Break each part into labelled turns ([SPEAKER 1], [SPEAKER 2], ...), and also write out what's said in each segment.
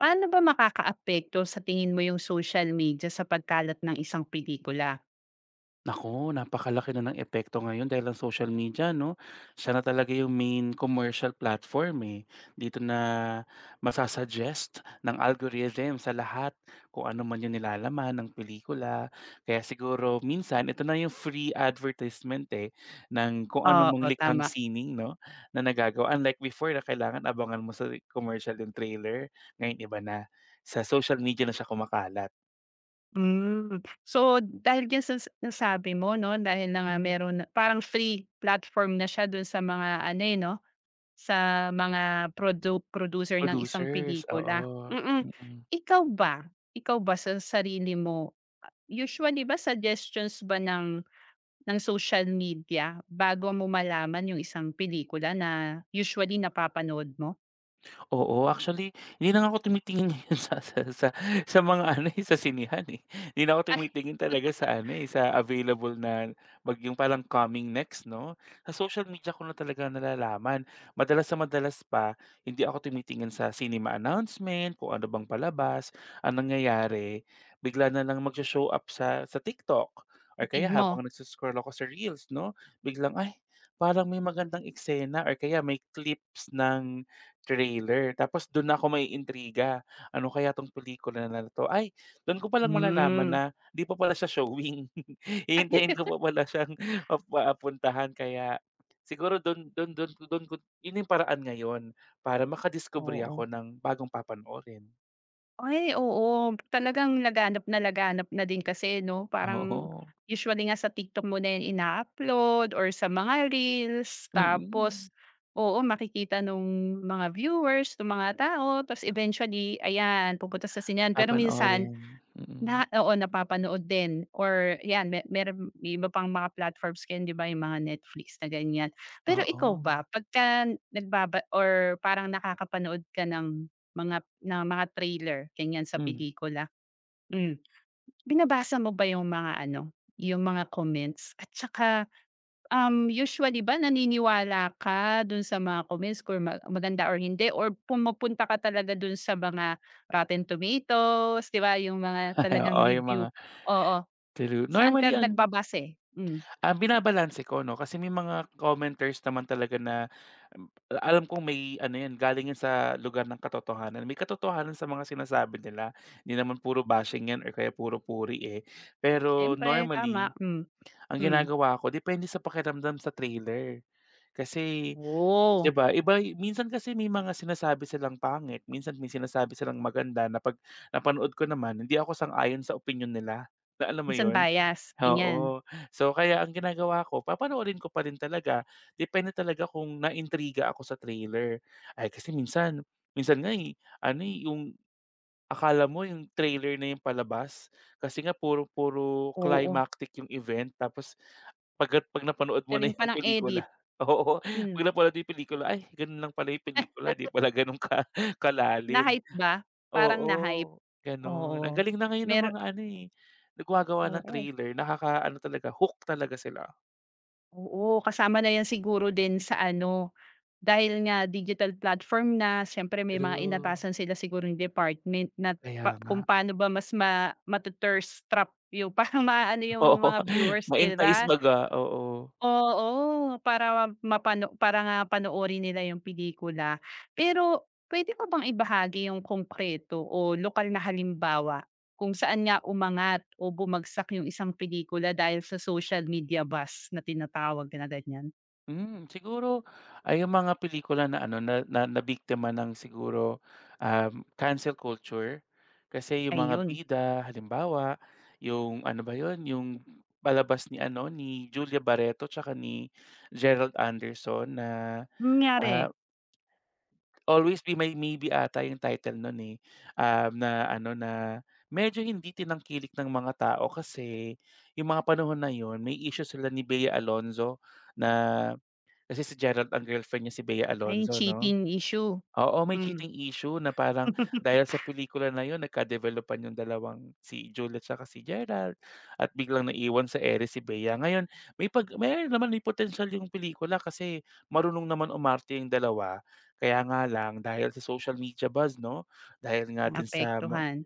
[SPEAKER 1] Paano ba makakaapekto sa tingin mo yung social media sa pagkalat ng isang pelikula?
[SPEAKER 2] Nako, napakalaki na ng epekto ngayon dahil ang social media 'no, siya na talaga yung main commercial platform, eh. Dito na masasuggest ng algorithm sa lahat kung ano man yung nilalaman ng pelikula. Kaya siguro minsan ito na yung free advertisement, eh, ng kung ano mang
[SPEAKER 1] Oo,
[SPEAKER 2] likhang
[SPEAKER 1] tama.
[SPEAKER 2] sining 'no, na nagagawa. Unlike before na kailangan abangan mo sa commercial yung trailer, ngayon iba na. Sa social media na siya kumakalat.
[SPEAKER 1] Hmm. So, dahil diyan sa nasabi mo 'no, dahil na nga
[SPEAKER 2] Mhm.
[SPEAKER 1] parang free platform na siya dun sa mga ano, eh, 'no, sa mga producer ng isang
[SPEAKER 2] Producers,
[SPEAKER 1] pelikula.
[SPEAKER 2] oo,
[SPEAKER 1] Mm.
[SPEAKER 2] mm.
[SPEAKER 1] Ikaw ba, ikaw ba sa sarili mo, usually ba suggestions ba ng social media bago mo malaman yung isang pelikula na usually napapanood mo?
[SPEAKER 2] Oo, actually hindi na nga ako tumitingin ngayon sa mga ano, eh, sa sinehan, eh. Hindi na ako
[SPEAKER 1] Ay,
[SPEAKER 2] tumitingin talaga sa ano, eh, sa available na yung parang coming next 'no? Sa social media ko na talaga nalalaman. Madalas sa madalas pa hindi ako tumitingin sa cinema announcement, kung ano bang palabas, anong nangyayari bigla na lang magso-show up sa TikTok or
[SPEAKER 1] kapatid
[SPEAKER 2] kaya
[SPEAKER 1] mo?
[SPEAKER 2] habang nagso-scroll ako sa reels 'no, biglang, "Ay, parang may magandang eksena," or kaya may clips ng trailer tapos dun ako may intriga. Ano kaya 'tong pelikula na 'to? Ay, dun ko palang malalaman
[SPEAKER 1] Hmm.
[SPEAKER 2] na di pa pala siya showing. Hihintayin ko pa pala siyang puntahan kaya siguro dun dun dun dun ko yun yung paraan ngayon para makadiskubre
[SPEAKER 1] Oo.
[SPEAKER 2] ako ng bagong papanoorin.
[SPEAKER 1] Ay, oo, talagang laganap na din kasi 'no, parang
[SPEAKER 2] Oo,
[SPEAKER 1] usually nga sa TikTok mo na yan ina-upload or sa mga reels tapos
[SPEAKER 2] mm.
[SPEAKER 1] oo, makikita nung mga viewers, nung mga tao tapos eventually ayan, pupunta sa sinihan. Pero minsan
[SPEAKER 2] Papanoorin, mm.
[SPEAKER 1] na oo, napapanood din or 'yan meron may iba pang mga platforms ngayon 'di ba, yung mga Netflix na ganiyan. Pero
[SPEAKER 2] Oo,
[SPEAKER 1] ikaw ba pagka nagbaba or parang nakakapanood ka ng mga trailer ganiyan sa
[SPEAKER 2] hmm.
[SPEAKER 1] pelikula, hmm, binabasa mo ba yung mga ano, yung mga comments at saka usually ba naniniwala ka dun sa mga comments kung maganda or hindi or pumupunta ka talaga dun sa mga Rotten Tomatoes, 'di ba, yung mga
[SPEAKER 2] Oo,
[SPEAKER 1] talagang
[SPEAKER 2] yung
[SPEAKER 1] review?
[SPEAKER 2] mga
[SPEAKER 1] Oo,
[SPEAKER 2] true.
[SPEAKER 1] saan ka
[SPEAKER 2] Normally ang,
[SPEAKER 1] nagbabase? Hmm,
[SPEAKER 2] ah, binabalanse ko 'no, kasi may mga commenters naman talaga na, um, alam kong may ano 'yan, galing 'yan sa lugar ng katotohanan. May katotohanan sa mga sinasabi nila, hindi naman puro bashing 'yan or kaya puro puri, eh. Pero
[SPEAKER 1] siyempre tama,
[SPEAKER 2] normally,
[SPEAKER 1] hmm.
[SPEAKER 2] ang
[SPEAKER 1] Hmm,
[SPEAKER 2] ginagawa ko depende sa pakiramdam sa trailer. Kasi
[SPEAKER 1] oo
[SPEAKER 2] 'di ba, minsan kasi may mga sinasabi silang pangit, minsan may sinasabi silang maganda na 'pag napanood ko naman hindi ako sang-ayon sa opinyon nila, na alam mo
[SPEAKER 1] minsan
[SPEAKER 2] 'yun?
[SPEAKER 1] bias, ganyan.
[SPEAKER 2] Oo. So, kaya ang ginagawa ko, papanoorin ko pa rin talaga. Depende talaga kung naintriga ako sa trailer. Ay, kasi minsan minsan nga, eh, ano, eh, yung akala mo yung trailer na yung palabas. Kasi nga puro puro
[SPEAKER 1] Oo,
[SPEAKER 2] climactic yung event tapos pagkat 'pag napanood mo
[SPEAKER 1] galing
[SPEAKER 2] na
[SPEAKER 1] pa
[SPEAKER 2] yung
[SPEAKER 1] ng
[SPEAKER 2] pelikula
[SPEAKER 1] edit.
[SPEAKER 2] oo, 'pag
[SPEAKER 1] Hmm,
[SPEAKER 2] napanood mo yung pelikula, ay, ganun lang pala yung pelikula, 'di pala ganun ka kalalim.
[SPEAKER 1] na-hype ba? Parang
[SPEAKER 2] Oo,
[SPEAKER 1] na-hype,
[SPEAKER 2] gano'n. Ang
[SPEAKER 1] oo.
[SPEAKER 2] galing na ngayon ng
[SPEAKER 1] Mer
[SPEAKER 2] mga ano, eh, gumagawa ng
[SPEAKER 1] oo,
[SPEAKER 2] trailer, nakakaano talaga, hook talaga sila.
[SPEAKER 1] oo kasama na yan siguro din sa ano. Dahil nga digital platform na, siyempre may mga
[SPEAKER 2] True,
[SPEAKER 1] inatasan sila siguro ng department na
[SPEAKER 2] kaya
[SPEAKER 1] pa
[SPEAKER 2] nga.
[SPEAKER 1] kung paano ba mas matu trap yung parang maaano yung
[SPEAKER 2] Oo,
[SPEAKER 1] mga viewers, 'di
[SPEAKER 2] maintais
[SPEAKER 1] ba?
[SPEAKER 2] baga, oo.
[SPEAKER 1] Oo, para mapano para nga panoorin nila yung pelikula. Pero puwede mo bang ibahagi yung konkreto o lokal na halimbawa kung saan nga umangat o bumagsak yung isang pelikula dahil sa social media buzz na tinatawag na ganyan?
[SPEAKER 2] Hmm, siguro ay yung mga pelikula na ano, na na nabiktima ng, siguro, cancel culture. Kasi yung mga
[SPEAKER 1] Ayun,
[SPEAKER 2] bida halimbawa, yung ano ba yon, yung palabas ni ano, ni Julia Barreto tsaka ni Gerald Anderson na,
[SPEAKER 1] anong nangyari?
[SPEAKER 2] ah Always Be My Maybe ata yung title nun, eh, na ano na medyo hindi tinangkilik ng mga tao kasi yung mga panahon na yun may issue sila ni Bea Alonzo, na kasi si Gerald ang girlfriend niya si Bea
[SPEAKER 1] Ay, yung
[SPEAKER 2] Alonzo 'no?
[SPEAKER 1] cheating issue,
[SPEAKER 2] Oo, may
[SPEAKER 1] hmm.
[SPEAKER 2] cheating issue na parang dahil sa pelikula na yun nagka-developan yung dalawang si Juliet tsaka si Gerald at biglang naiwan sa ere si Bea. Ngayon may pag may naman may potensyal yung pelikula kasi marunong naman umarte yung dalawa. Kaya nga lang dahil sa social media buzz 'no, dahil
[SPEAKER 1] Hmm.
[SPEAKER 2] nga din sa
[SPEAKER 1] Naapektuhan,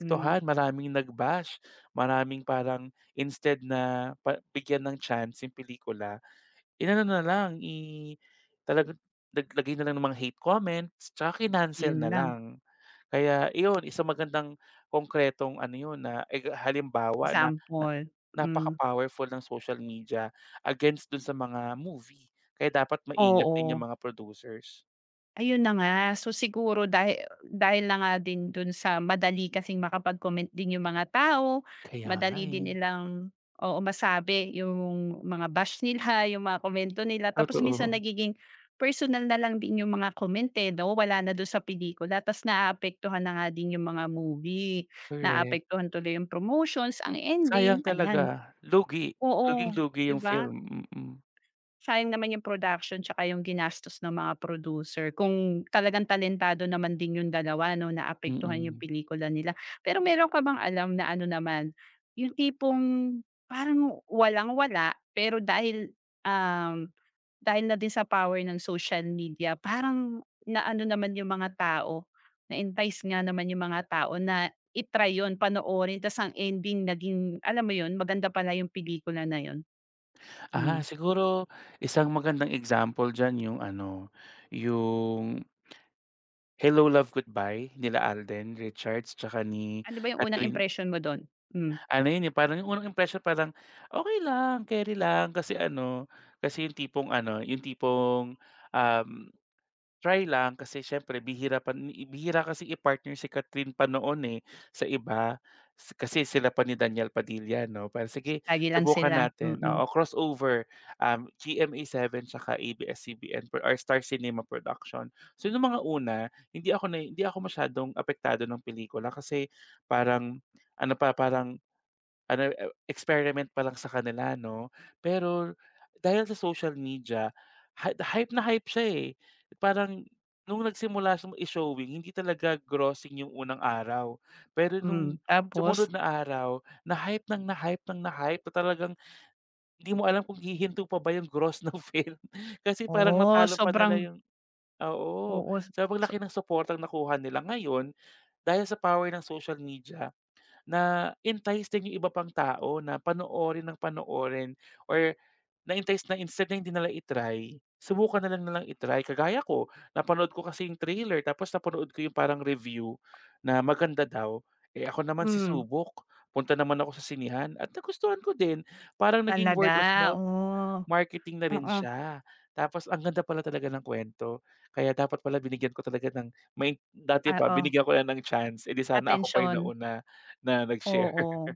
[SPEAKER 1] hmm,
[SPEAKER 2] maraming nag-bash, maraming parang instead na pa bigyan ng chance yung pelikula, inano na lang, talagang naglagay na lang ng mga hate comments tsaka kinancel
[SPEAKER 1] yun
[SPEAKER 2] na
[SPEAKER 1] lang
[SPEAKER 2] lang. Kaya iyon, isang magandang konkretong ano yun, na eg halimbawa na na
[SPEAKER 1] example, hmm,
[SPEAKER 2] napaka-powerful ng social media against dun sa mga movie. Kaya dapat maingat din
[SPEAKER 1] oo.
[SPEAKER 2] yung mga producers.
[SPEAKER 1] Ayun na nga. So, siguro dahil dahil na nga din dun sa madali kasing makapag-comment din yung mga tao,
[SPEAKER 2] Kaya nga,
[SPEAKER 1] madali
[SPEAKER 2] eh.
[SPEAKER 1] din nilang o masabi yung mga bash nila, yung mga komento nila. Tapos minsan
[SPEAKER 2] Totoo,
[SPEAKER 1] nagiging personal na lang din yung mga comment, eh, 'no, wala na dun sa pelikula. Ta's naaapektuhan na nga din yung mga movie,
[SPEAKER 2] correct.
[SPEAKER 1] naaapektuhan tuloy yung promotions, ang
[SPEAKER 2] Sayang
[SPEAKER 1] ending,
[SPEAKER 2] talaga,
[SPEAKER 1] ayan.
[SPEAKER 2] lugi.
[SPEAKER 1] Oo,
[SPEAKER 2] Luging-lugi
[SPEAKER 1] 'di
[SPEAKER 2] yung
[SPEAKER 1] ba?
[SPEAKER 2] film, mm.
[SPEAKER 1] Sayang naman yung production tsaka yung ginastos ng mga producer kung talagang talentado naman din yung dalawa 'no, naapektuhan yung
[SPEAKER 2] Mm.
[SPEAKER 1] pelikula nila. Pero meron ka bang alam na ano naman, yung tipong parang walang-wala pero dahil, um, dahil na din sa power ng social media parang naano naman yung mga tao, na-entice nga naman yung mga tao na i-try yun panoorin tas ang ending naging alam mo yun maganda pala yung pelikula na yun?
[SPEAKER 2] Ah,
[SPEAKER 1] Hmm.
[SPEAKER 2] siguro isang magandang example diyan yung ano, yung Hello, Love, Goodbye nila Alden Richards tsaka ni
[SPEAKER 1] Ano ba yung unang
[SPEAKER 2] Catherine.
[SPEAKER 1] impression mo dun? Hmm,
[SPEAKER 2] Ano yun, eh, parang yung unang impression parang okay lang, keri lang kasi ano, kasi yung tipong ano, yung tipong, um try lang kasi siyempre bihira pa ni bihira kasi i-partner si Catherine pa noon, eh, sa iba. Kasi sila pa ni Daniel Padilla 'no, parang sige
[SPEAKER 1] lagi lang
[SPEAKER 2] subukan
[SPEAKER 1] sila,
[SPEAKER 2] natin,
[SPEAKER 1] mm,
[SPEAKER 2] oo, crossover, GMA7 tsaka ABS-CBN or Star Cinema Production. So nung mga una, hindi ako masyadong apektado ng pelikula kasi parang ano pa, parang ano, experiment pa lang sa kanila 'no. Pero dahil sa social media, hype na hype siya, eh. Parang nung nagsimula siyang i-showing hindi talaga grossing yung unang araw. Pero nung
[SPEAKER 1] hmm.
[SPEAKER 2] sumunod
[SPEAKER 1] Tapos?
[SPEAKER 2] na araw, na-hype nang na-hype nang na-hype na talagang hindi mo alam kung hihinto pa ba yung gross ng film. Kasi parang
[SPEAKER 1] Oh,
[SPEAKER 2] natalo pa nila
[SPEAKER 1] sobrang
[SPEAKER 2] yung, oo.
[SPEAKER 1] oo,
[SPEAKER 2] Sobrang
[SPEAKER 1] so
[SPEAKER 2] laki ng support ang nakuha nila. Ngayon, dahil sa power ng social media na entice din yung iba pang tao na panoorin ng panoorin, or na-entice na instead na hindi nila i subukan na lang nilang kagaya ko, napanood ko kasi yung trailer tapos napanood ko yung parang review na maganda daw. Eh ako naman, si
[SPEAKER 1] hmm,
[SPEAKER 2] subok punta naman ako sa sinihan at nagustuhan ko din. Parang naging
[SPEAKER 1] talaga,
[SPEAKER 2] word of mouth
[SPEAKER 1] oh,
[SPEAKER 2] marketing na
[SPEAKER 1] oo,
[SPEAKER 2] rin
[SPEAKER 1] oo,
[SPEAKER 2] siya. Tapos ang ganda pala talaga ng kuwento, kaya dapat pala binigyan ko talaga ng, may dati
[SPEAKER 1] ah,
[SPEAKER 2] pa
[SPEAKER 1] oh,
[SPEAKER 2] binigyan ko na ng chance, eh, di sana ako pa yung
[SPEAKER 1] atensyon,
[SPEAKER 2] nauna na nag-share.
[SPEAKER 1] oo.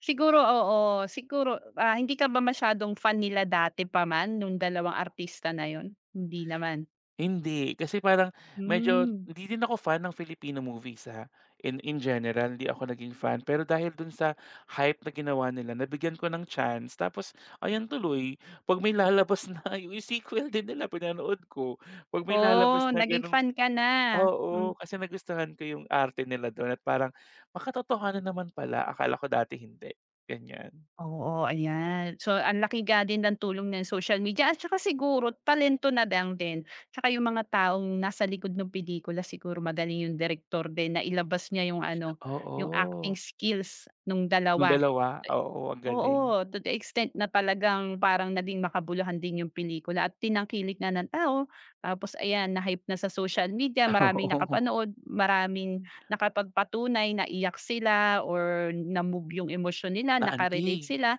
[SPEAKER 1] Siguro oo, siguro, ah, hindi ka ba masyadong fan nila dati pa man nung dalawang artista na yun? Hindi naman?
[SPEAKER 2] Hindi, kasi parang medyo
[SPEAKER 1] Hmm,
[SPEAKER 2] hindi din ako fan ng Filipino movies, ha, in general hindi ako naging fan. Pero dahil dun sa hype na ginawa nila nabigyan ko ng chance tapos ayan tuloy 'pag may lalabas na yung sequel din nila pinanood ko. 'Pag may
[SPEAKER 1] oh,
[SPEAKER 2] lalabas na
[SPEAKER 1] naging
[SPEAKER 2] ganong,
[SPEAKER 1] fan ka na.
[SPEAKER 2] oo, kasi nagustuhan ko yung arte nila dun at parang makatotohanan naman pala, akala ko dati hindi, ganyan.
[SPEAKER 1] Oo, ayan. So, ang laki nga din ng tulong ng social media at saka siguro talento na lang din. Tsaka yung mga taong nasa likod ng pelikula siguro magaling yung direktor din na ilabas niya yung ano, yung acting
[SPEAKER 2] Oo,
[SPEAKER 1] skills nung
[SPEAKER 2] yung
[SPEAKER 1] dalawa.
[SPEAKER 2] dalawa,
[SPEAKER 1] Eh,
[SPEAKER 2] oo ang galing.
[SPEAKER 1] oo, to the extent na talagang parang naging makabuluhan din yung pelikula at tinangkilik na ng tao. Tapos ayan, na-hype na sa social media, maraming
[SPEAKER 2] Oo,
[SPEAKER 1] nakapanood, maraming nakapagpatunay na iyak sila or na-move yung emosyon nila, nakarelate
[SPEAKER 2] na-antig,
[SPEAKER 1] sila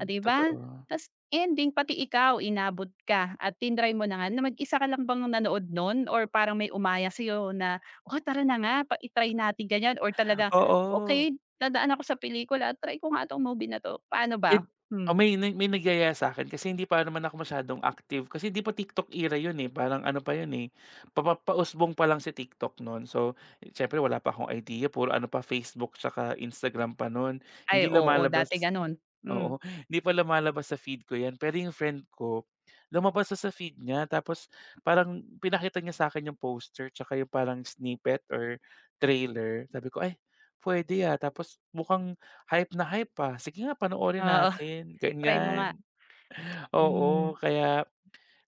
[SPEAKER 1] ah, 'di ba?
[SPEAKER 2] totoo.
[SPEAKER 1] Tas ending pati ikaw inabot ka at tinry mo na nga na mag-isa ka lang bang nanood nun or parang may umaya sa'yo na, "Oh, tara na nga pa i-try natin ganyan," or talagang,
[SPEAKER 2] Oo,
[SPEAKER 1] "Okey, nadaan ako sa pelikula, try ko nga 'tong movie na 'to." Paano
[SPEAKER 2] eh,
[SPEAKER 1] ba?
[SPEAKER 2] oh,
[SPEAKER 1] Hmm,
[SPEAKER 2] may nagyaya sa'kin kasi hindi pa naman ako masyadong active kasi hindi pa TikTok era yun, eh, parang ano pa yun, eh, pausbong pa lang si TikTok nun. So, siyempre wala pa akong idea, puro ano pa, Facebook tsaka Instagram pa nun,
[SPEAKER 1] ay
[SPEAKER 2] hindi
[SPEAKER 1] oo,
[SPEAKER 2] lumalabas.
[SPEAKER 1] dati gano'n. Hmm,
[SPEAKER 2] Oo, hindi pa lumalabas sa feed ko 'yan, pero yung friend ko, lumabas na sa feed niya tapos parang pinakita niya sa akin yung poster tsaka yung parang snippet or trailer. Sabi ko, "Ay, pwede ah." Tapos mukhang hype na hype, ah. "Sige nga panoorin
[SPEAKER 1] oo,
[SPEAKER 2] natin,"
[SPEAKER 1] try mo nga.
[SPEAKER 2] ganyan.
[SPEAKER 1] Hmm,
[SPEAKER 2] Oo, kaya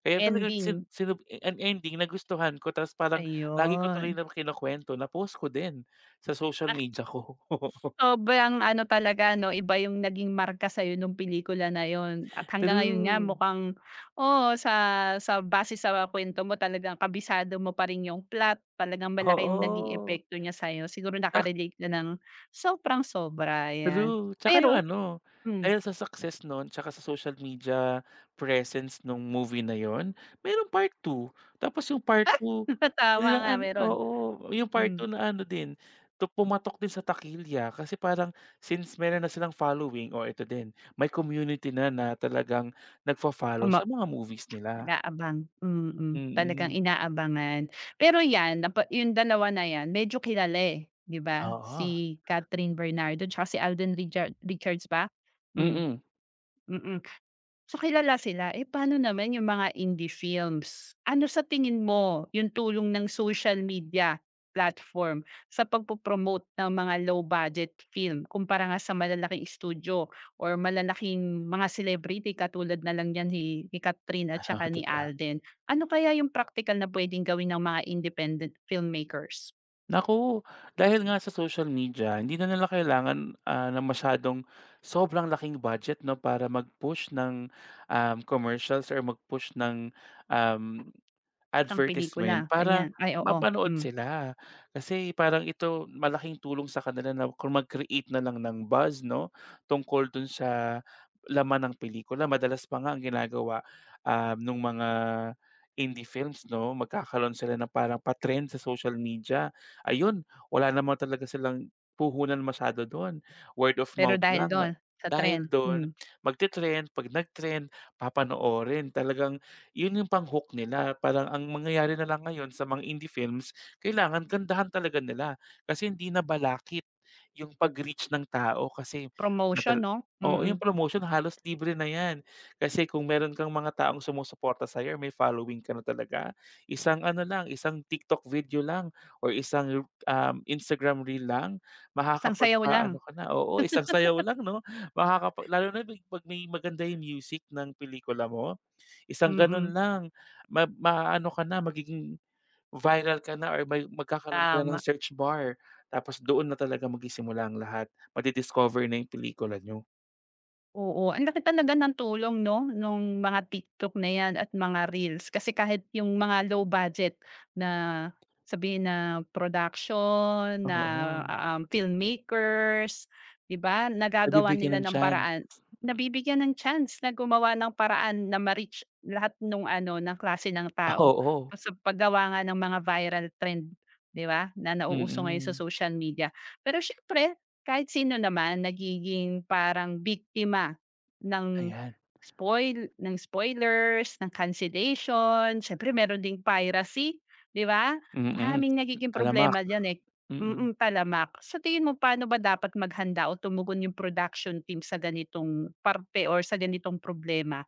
[SPEAKER 2] kaya talagang sin
[SPEAKER 1] ending,
[SPEAKER 2] sinu ang ending nagustuhan ko tapos parang lagi ko tuloy
[SPEAKER 1] ayun.
[SPEAKER 2] na kinukuwento, na-post ko din sa social media ko.
[SPEAKER 1] Sobrang ano talaga 'no, iba yung naging marka sa'yo nung pelikula na yon at hanggang ngayon nga
[SPEAKER 2] True,
[SPEAKER 1] mukhang oo, sa base sa kuwento mo talagang kabisado mo pa rin yung plot, talagang malaki yung naging
[SPEAKER 2] oo.
[SPEAKER 1] epekto niya sa'yo. Siguro naka-relate na ng sobrang sobra, ayan.
[SPEAKER 2] True, tsaka yung
[SPEAKER 1] Pero
[SPEAKER 2] ano,
[SPEAKER 1] hmm,
[SPEAKER 2] dahil sa success nun tsaka sa social media presence nung movie na yun, merong part two. Tapos yung part two
[SPEAKER 1] tama
[SPEAKER 2] na
[SPEAKER 1] nga meron.
[SPEAKER 2] oo, yung part
[SPEAKER 1] Hmm.
[SPEAKER 2] two na ano din, pumatok din sa takilya kasi parang since meron na silang following o ito din, may community na na talagang nagfo-follow
[SPEAKER 1] Tama.
[SPEAKER 2] sa mga movies nila.
[SPEAKER 1] Nag-aabang, mm. Talagang
[SPEAKER 2] Mm.
[SPEAKER 1] inaabangan. Pero 'yan, napa yung dalawa na 'yan medyo kilala, eh, 'di ba?
[SPEAKER 2] Oo.
[SPEAKER 1] Si Catherine Bernardo tsaka si Alden Richards ba? Hmm,
[SPEAKER 2] Mm.
[SPEAKER 1] mm. So, kilala sila, eh, paano naman yung mga indie films? Ano sa tingin mo yung tulong ng social media platform sa pagpo-promote ng mga low budget film kumpara nga sa malalaking studio or malalaking mga celebrity katulad na lang yan ni Catherine at
[SPEAKER 2] Oo,
[SPEAKER 1] saka ni
[SPEAKER 2] totoo.
[SPEAKER 1] Alden. Ano kaya yung practical na puwedeng gawin ng mga independent filmmakers?
[SPEAKER 2] Naku, dahil nga sa social media, hindi na nila kailangan, ng masyadong sobrang laking budget 'no, para mag-push ng, commercials or mag-push ng, um,
[SPEAKER 1] Isang pelikula,
[SPEAKER 2] advertisement para
[SPEAKER 1] ganyan. Ay, oo,
[SPEAKER 2] mapanood
[SPEAKER 1] hmm.
[SPEAKER 2] sila. Kasi parang ito malaking tulong sa kanila na kung mag-create na lang ng buzz 'no, tungkol dun sa laman ng pelikula. Madalas pa nga ang ginagawa, nung mga indie films 'no, magkakaroon sila ng parang pa sa social media. Ayun, wala naman talaga silang puhunan masyado dun, word of
[SPEAKER 1] Pero
[SPEAKER 2] mouth
[SPEAKER 1] dahil
[SPEAKER 2] lang.
[SPEAKER 1] dun sa
[SPEAKER 2] Dahil
[SPEAKER 1] trend,
[SPEAKER 2] dun
[SPEAKER 1] hmm,
[SPEAKER 2] magte-trend, 'pag nag-trend papanoorin. Talagang yun yung pang-hook nila parang ang mangyayari na lang ngayon sa mga indie films kailangan gandahan talaga nila kasi hindi na balakit yung pag-reach ng tao kasi,
[SPEAKER 1] promotion
[SPEAKER 2] matal
[SPEAKER 1] 'no?
[SPEAKER 2] oo,
[SPEAKER 1] Mm,
[SPEAKER 2] yung promotion halos libre na yan. Kasi kung meron kang mga taong sumusuporta sa or may following ka na talaga, isang ano lang, isang TikTok video lang or isang, Instagram reel lang
[SPEAKER 1] isang sayaw
[SPEAKER 2] makakapagpa ano
[SPEAKER 1] lang.
[SPEAKER 2] ka na, oo, isang sayaw lang 'no, lalo na pag pag may maganda yung music ng pelikula mo. Isang
[SPEAKER 1] Mm,
[SPEAKER 2] gano'n lang maaano ka na, magiging viral ka na or may magkakaroon ka na ng
[SPEAKER 1] tama.
[SPEAKER 2] search bar. Tapos doon na talaga magsisimula ang lahat, madi-discover na yung pelikula niyo.
[SPEAKER 1] Oo, ang laki talaga ng tulong 'no, nung mga TikTok na 'yan at mga reels kasi kahit yung mga low budget na sabihin na production, na,
[SPEAKER 2] Oo,
[SPEAKER 1] filmmakers, 'di ba, nagagawan
[SPEAKER 2] nabibigyan
[SPEAKER 1] nila
[SPEAKER 2] ng
[SPEAKER 1] ng
[SPEAKER 2] chance.
[SPEAKER 1] paraan, nabibigyan ng chance na gumawa ng paraan na ma-reach lahat nung ano, ng klase ng tao.
[SPEAKER 2] Oo,
[SPEAKER 1] Sa paggawa nga ng mga viral trend, 'di ba, na nauuso ngayon sa
[SPEAKER 2] mm.
[SPEAKER 1] social media. Pero siyempre kahit sino naman nagiging parang biktima ng
[SPEAKER 2] Ayan,
[SPEAKER 1] spoil ng spoilers, ng cancellation, siyempre meron ding piracy, 'di ba?
[SPEAKER 2] mm.
[SPEAKER 1] Maraming nagiging
[SPEAKER 2] Talamak,
[SPEAKER 1] problema diyan, eh,
[SPEAKER 2] mm.
[SPEAKER 1] mm, talamak. Sa tingin mo paano ba dapat maghanda o tumugon yung production team sa ganitong parte or sa ganitong problema?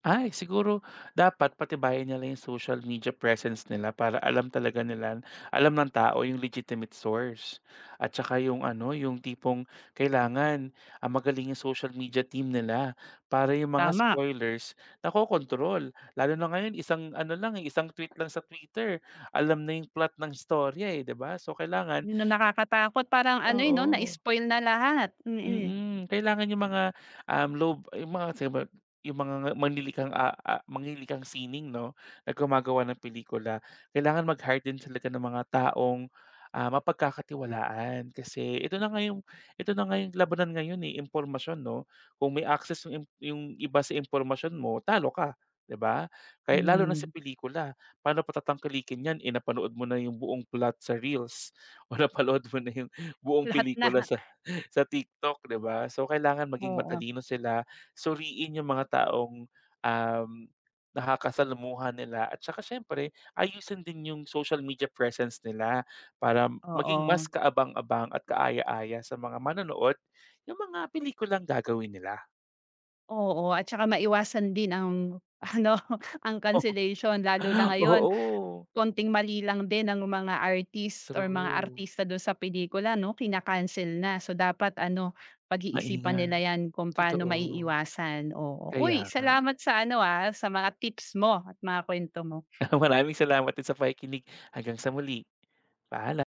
[SPEAKER 2] Ay, siguro dapat patibayin nila yung social media presence nila para alam talaga nila, alam ng tao yung legitimate source. At saka yung ano, yung tipong kailangan, magaling yung social media team nila para yung mga
[SPEAKER 1] Tama,
[SPEAKER 2] spoilers nakokontrol. Lalo na ngayon, isang ano lang, eh, isang tweet lang sa Twitter, alam na yung plot ng istorya, eh, 'di ba? So, kailangan,
[SPEAKER 1] yun ang nakakatakot parang ano, eh, 'no,
[SPEAKER 2] oo.
[SPEAKER 1] na-spoil na lahat, mm. Eh.
[SPEAKER 2] Mm, kailangan yung mga, um, low yung mga siyempre yung mga manlilikang sining 'no, na gumagawa ng pelikula. Kailangan mag-hire din talaga ng mga taong, mapagkakatiwalaan. Kasi ito na nga yung labanan ngayon, eh, impormasyon 'no. Kung may access yung iba sa impormasyon mo, talo ka, 'di ba? Kaya lalo na sa
[SPEAKER 1] Hmm,
[SPEAKER 2] pelikula, paano pa tatangkilikin 'yan, eh, napanood mo na yung buong plot sa reels o napanood mo na yung buong
[SPEAKER 1] lahat na,
[SPEAKER 2] pelikula sa sa TikTok, 'di ba? So, kailangan maging
[SPEAKER 1] oo,
[SPEAKER 2] matalino sila, suriin yung mga taong, um, nakakasalamuha nila at saka siyempre ayusin din yung social media presence nila para maging
[SPEAKER 1] oo.
[SPEAKER 2] mas kaabang-abang at kaaya-aya sa mga manonood yung mga pelikulang gagawin nila.
[SPEAKER 1] Oo, at saka maiwasan din ang ano, ang cancellation lalo na ngayon
[SPEAKER 2] Oo,
[SPEAKER 1] konting mali lang din ng mga artist or mga
[SPEAKER 2] true.
[SPEAKER 1] artista dun sa pelikula 'no, kina na. So, dapat ano, pag-iisipan
[SPEAKER 2] Maingat,
[SPEAKER 1] nila 'yan kung paano
[SPEAKER 2] totoo.
[SPEAKER 1] maiiwasan, oo.
[SPEAKER 2] Kaya
[SPEAKER 1] Uy,
[SPEAKER 2] nga.
[SPEAKER 1] salamat sa ano, ah, sa mga tips mo at mga kuwento mo.
[SPEAKER 2] Maraming salamat din sa pakikinig. Hanggang sa muli. Paalam.